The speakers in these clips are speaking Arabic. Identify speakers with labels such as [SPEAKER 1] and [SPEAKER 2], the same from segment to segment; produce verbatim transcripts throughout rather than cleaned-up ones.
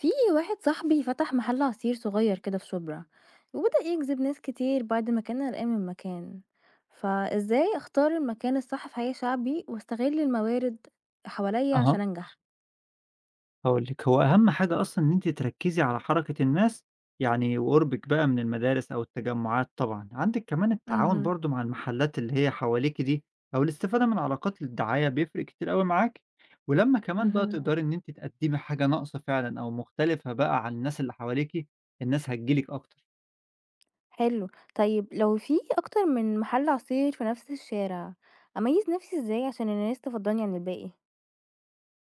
[SPEAKER 1] في واحد صاحبي فتح محل عصير صغير كده في شبرا، وبدأ يجذب ناس كتير بعد ما كان قلقان من المكان. فازاي اختار المكان الصح في حياة شعبي واستغل الموارد حواليا
[SPEAKER 2] أها،
[SPEAKER 1] عشان انجح؟
[SPEAKER 2] هاقول لِك، هو أهم حاجة أصلًا إن أنتِ تركّزي على حركة الناس، يعني وقُربِك بقى من المدارس أو التجمعات طبعًا، عندِك كمان التعاون
[SPEAKER 1] مهم.
[SPEAKER 2] برضه مع المحلات اللي هي حواليكِ دي، أو الاستفادة من علاقات الدعاية بيفرق كتير أوي معاكِ، ولمّا كمان بقى
[SPEAKER 1] مهم.
[SPEAKER 2] تقدري إن أنتِ تقدّمي حاجة ناقصة فعلًا أو مختلفة بقى عن الناس اللي حواليكِ، الناس هتيجي لِك أكتر.
[SPEAKER 1] حلو. طيب لو في اكتر من محل عصير في نفس الشارع، اميز نفسي ازاي عشان الناس تفضلني عن الباقي؟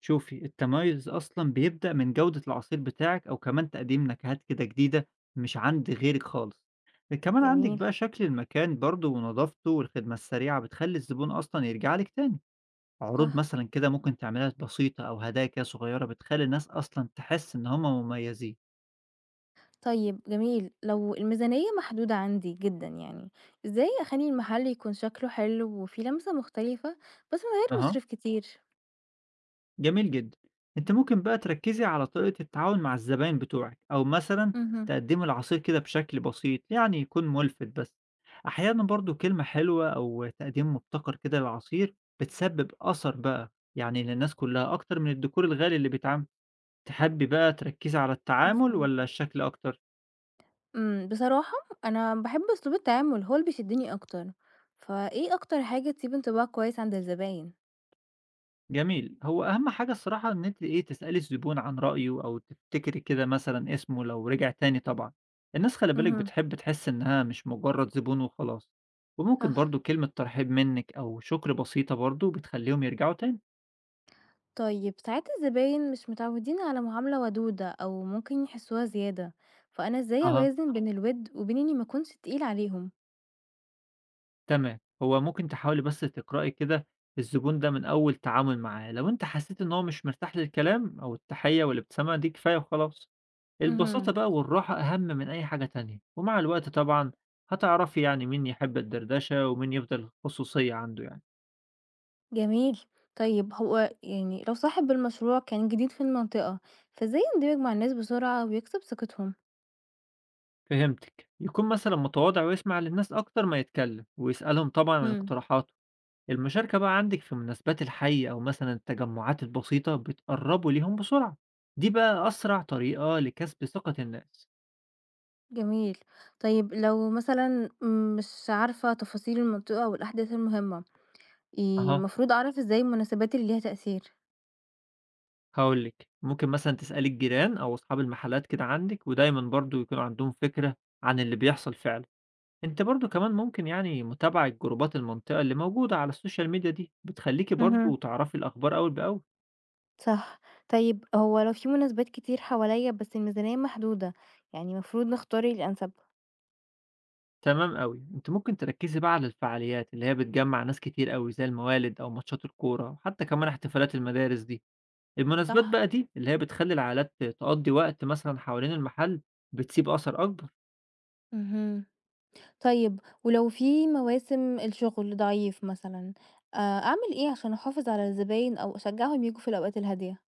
[SPEAKER 2] شوفي التميز أصلًا بيبدأ من جودة العصير بتاعِك أو كمان تقديم نكهات كده جديدة مش عند غيرِك خالص، كمان عندِك
[SPEAKER 1] جميل.
[SPEAKER 2] بقى شكل المكان برضه ونضافته والخدمة السريعة بتخلّي الزبون أصلًا يرجع لِك تاني، عروض
[SPEAKER 1] صح.
[SPEAKER 2] مثلًا كده ممكن تعمليها بسيطة أو هدايا كده صغيرة بتخلّي الناس أصلًا تحس إن هم مميزين.
[SPEAKER 1] طيب جميل، لو الميزانية محدودة عندي جدًا يعني، إزاي أخلّي المحل يكون شكله حلو وفيه لمسة مختلفة بس من غير
[SPEAKER 2] أها.
[SPEAKER 1] مصاريف كتير؟
[SPEAKER 2] جميل جدًا. أنتِ ممكن بقى تركّزي على طريقة التعاون مع الزباين بتوعِك، أو مثلًا
[SPEAKER 1] اهم.
[SPEAKER 2] تقدّمي العصير كده بشكل بسيط، يعني يكون مُلفِت بس. أحيانًا برضه كلمة حلوة أو تقديم مبتكر كده للعصير بتسبب أثر بقى يعني للناس كلّها، أكتر من الديكور الغالي اللي بيتعمل. تحبّي بقى تركّزي على التعامل
[SPEAKER 1] مفهوم.
[SPEAKER 2] والّا الشكل أكتر؟
[SPEAKER 1] إمم، بصراحة أنا باحب أسلوب التعامل هو اللي بيشدني أكتر، فإيه أكتر حاجة تسيب انطباع كويس عند الزباين؟
[SPEAKER 2] جميل. هو أهم حاجة الصراحة إن أنتِ إيه، تسألي الزبون عن رأيه أو تفتكري كده مثلًا اسمه لو رجع تاني طبعًا. الناس خلي بالِك
[SPEAKER 1] اهم.
[SPEAKER 2] بتحب تحس إنها مش مجرد زبون وخلاص، وممكن
[SPEAKER 1] صح.
[SPEAKER 2] برضه كلمة ترحيب منِّك أو شكر بسيطة برضه بتخلّيهم يرجعوا تاني.
[SPEAKER 1] طيب ساعات الزباين مش متعودين على معاملة ودودة أو ممكن يحسوها زيادة، فأنا إزاي
[SPEAKER 2] أها.
[SPEAKER 1] أوازن بين الوِد وبين إني ما أكونش تقيلة عليهم؟
[SPEAKER 2] تمام، هو ممكن تحاولي بس تقرأي كده الزبون ده من أول تعامل معاه، لو أنتِ حسيتِ إن هو مش مرتاح للكلام أو التحية والابتسامة دي كفاية وخلاص. البساطة
[SPEAKER 1] اهم.
[SPEAKER 2] بقى والراحة أهم من أي حاجة تانية ومع الوقت طبعا هتعرفي يعني مين يحب الدردشة ومين يفضل خصوصية عنده يعني.
[SPEAKER 1] جميل. طيب هو يعني لو صاحب المشروع كان جديد في المنطقة، فإزاي يندمج مع الناس بسرعة ويكسب ثقتهم؟
[SPEAKER 2] فهمتك، يكون مثلا متواضع ويسمع للناس أكتر ما يتكلم ويسألهم طبعا عن
[SPEAKER 1] امم.
[SPEAKER 2] اقتراحاته. المشاركة بقى عندك في مناسبات الحي أو مثلا التجمعات البسيطة بتقربوا ليهم بسرعة، دي بقى أسرع طريقة لكسب ثقة الناس.
[SPEAKER 1] جميل. طيب لو مثلًا مش عارفة تفاصيل المنطقة والأحداث المهمة، ي
[SPEAKER 2] أها،
[SPEAKER 1] المفروض أعرف إزاي المناسبات اللي ليها تأثير؟
[SPEAKER 2] هقولك ممكن مثلا تسألي الجيران أو أصحاب المحلات كده عندك ودايما برضو يكون عندهم فكرة عن اللي بيحصل فعلا. أنتِ برضه كمان ممكن يعني متابعة جروبات المنطقة اللي موجودة على السوشيال ميديا دي، بتخلّيكِ برضه
[SPEAKER 1] امم.
[SPEAKER 2] تعرفي الأخبار أول بأول.
[SPEAKER 1] صح. طيب هو لو في مناسبات كتير حواليا بس الميزانية محدودة، يعني المفروض نختار الأنسب؟
[SPEAKER 2] تمام أوي، أنتِ ممكن تركّزي بقى على الفعاليات اللي هي بتجمّع ناس كتير أوي، زي الموالد أو ماتشات الكورة، وحتى كمان احتفالات المدارس دي. المناسبات
[SPEAKER 1] صح؟
[SPEAKER 2] بقى دي اللي هي بتخلّي العائلات تقضّي وقت مثلًا حوالين المحل، بتسيب أثر أكبر.
[SPEAKER 1] مهم. طيب ولو في مواسم الشغل ضعيف مثلًا، آآ أعمل إيه عشان أحافظ على الزباين أو أشجعهم ييجوا في الأوقات الهادية؟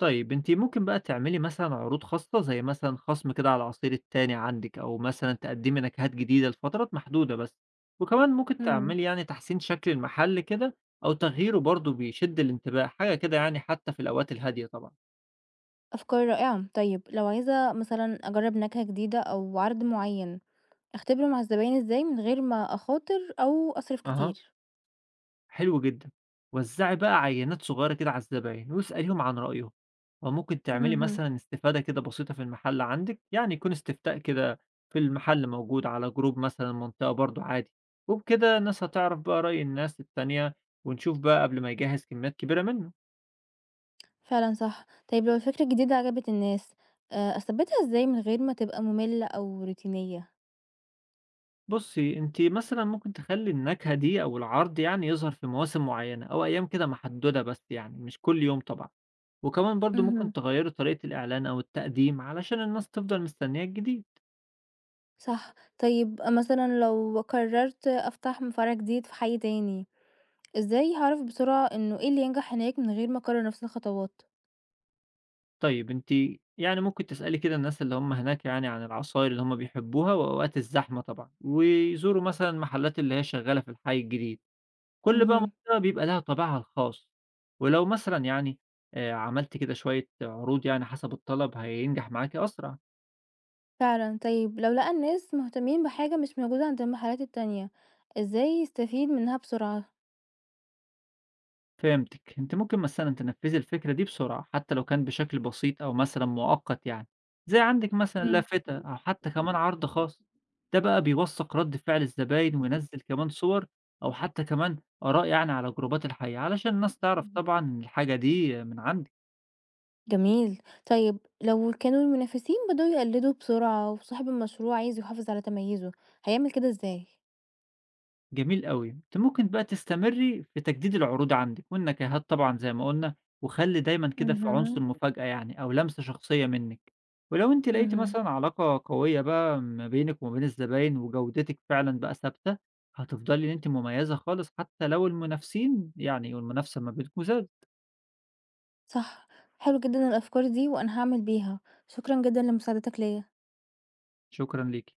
[SPEAKER 2] طيب أنتِ ممكن بقى تعملي مثلًا عروض خاصة، زي مثلًا خصم كده على العصير التاني عندِك، أو مثلًا تقدّمي نكهات جديدة لفترات محدودة بس، وكمان ممكن
[SPEAKER 1] إمم.
[SPEAKER 2] تعملي يعني تحسين شكل المحل كده، أو تغييره برضه بيشد الانتباه، حاجة كده يعني حتى في الأوقات الهادية طبعًا.
[SPEAKER 1] أفكار رائعة، طيب لو عايزة مثلًا أجرب نكهة جديدة أو عرض معين، أختبره مع الزباين إزاي من غير ما أخاطر أو أصرف
[SPEAKER 2] أها.
[SPEAKER 1] كتير؟
[SPEAKER 2] حلو جدًا. وزّعي بقى عينات صغيرة كده على الزباين واسأليهم عن رأيهم، وممكن تعملي
[SPEAKER 1] اهم.
[SPEAKER 2] مثلًا استفادة كده بسيطة في المحل عندِك، يعني يكون استفتاء كده في المحل موجود على جروب مثلًا المنطقة برضه عادي، وبكده الناس هتعرف بقى رأي الناس التانية ونشوف بقى قبل ما يجهّز كميات كبيرة منه.
[SPEAKER 1] فعلًا صح، طيب لو الفكرة الجديدة عجبت الناس، آآ أثبتها إزاي من غير ما تبقى مملة أو روتينية؟
[SPEAKER 2] بُصّي، أنتِ مثلًا ممكن تخلّي النكهة دي أو العرض يعني يظهر في مواسم معيّنة أو أيام كده محدودة بس يعني مش كل يوم طبعًا، وكمان برضه ممكن
[SPEAKER 1] اهم.
[SPEAKER 2] تغيّري طريقة الإعلان أو التقديم علشان الناس تفضل مستنية الجديد.
[SPEAKER 1] صح، طيب مثلًا لو قررت أفتح م فرع جديد في حي تاني، إزاي هاعرف بسرعة إنه إيه اللي ينجح هناك من غير ما أكرر نفس الخطوات؟
[SPEAKER 2] طيب أنتِ يعني ممكن تسألي كده الناس اللي هم هناك يعني عن العصاير اللي هم بيحبوها وأوقات الزحمة طبعًا، ويزوروا مثلًا المحلات اللي هي شغّالة في الحي الجديد، كل بقى
[SPEAKER 1] مهم.
[SPEAKER 2] منطقة بيبقى لها طابعها الخاص، ولو مثلًا يعني آآ عملتِ كده شوية عروض يعني حسب الطلب هينجح معاكِ أسرع.
[SPEAKER 1] فعلا، طيب لو لقى الناس مهتمين بحاجة مش موجودة عند المحلات التانية، ازاي يستفيد منها بسرعة؟
[SPEAKER 2] فهمتِك. أنتِ ممكن مثلًا تنفّذي الفكرة دي بسرعة، حتى لو كان بشكل بسيط أو مثلًا مؤقت يعني، زي عندِك مثلًا
[SPEAKER 1] مم.
[SPEAKER 2] لافتة أو حتى كمان عرض خاص. ده بقى بيوثّق رَد فعل الزباين وينزّل كمان صور أو حتى كمان آراء يعني على جروبات الحي، علشان الناس تعرف طبعًا الحاجة دي من عندِك.
[SPEAKER 1] جميل. طيب لو كانوا المنافسين بدأوا يقلدوا بسرعة وصاحب المشروع عايز يحافظ على تميزه، هيعمل كده ازاي؟
[SPEAKER 2] جميل أوي. أنتِ ممكن بقى تستمري في تجديد العروض عندِك، والنكهات طبعًا زي ما قُلنا، وخلّي دايمًا كده في عنصر
[SPEAKER 1] مهم.
[SPEAKER 2] مفاجأة يعني أو لمسة شخصية منِّك. ولو أنتِ لقيتِ
[SPEAKER 1] مهم.
[SPEAKER 2] مثلًا علاقة قوية بقى ما بينِك وما بين الزباين وجودتِك فعلًا بقى ثابتة، هتفضلي إن أنتِ مميزة خالص حتى لو المنافسين يعني والمنافسة ما بينكم زادت.
[SPEAKER 1] صح. حلو جدا الأفكار دي وأنا هعمل بيها. شكرا جدا لمساعدتك ليا.
[SPEAKER 2] شكرًا ليكِ.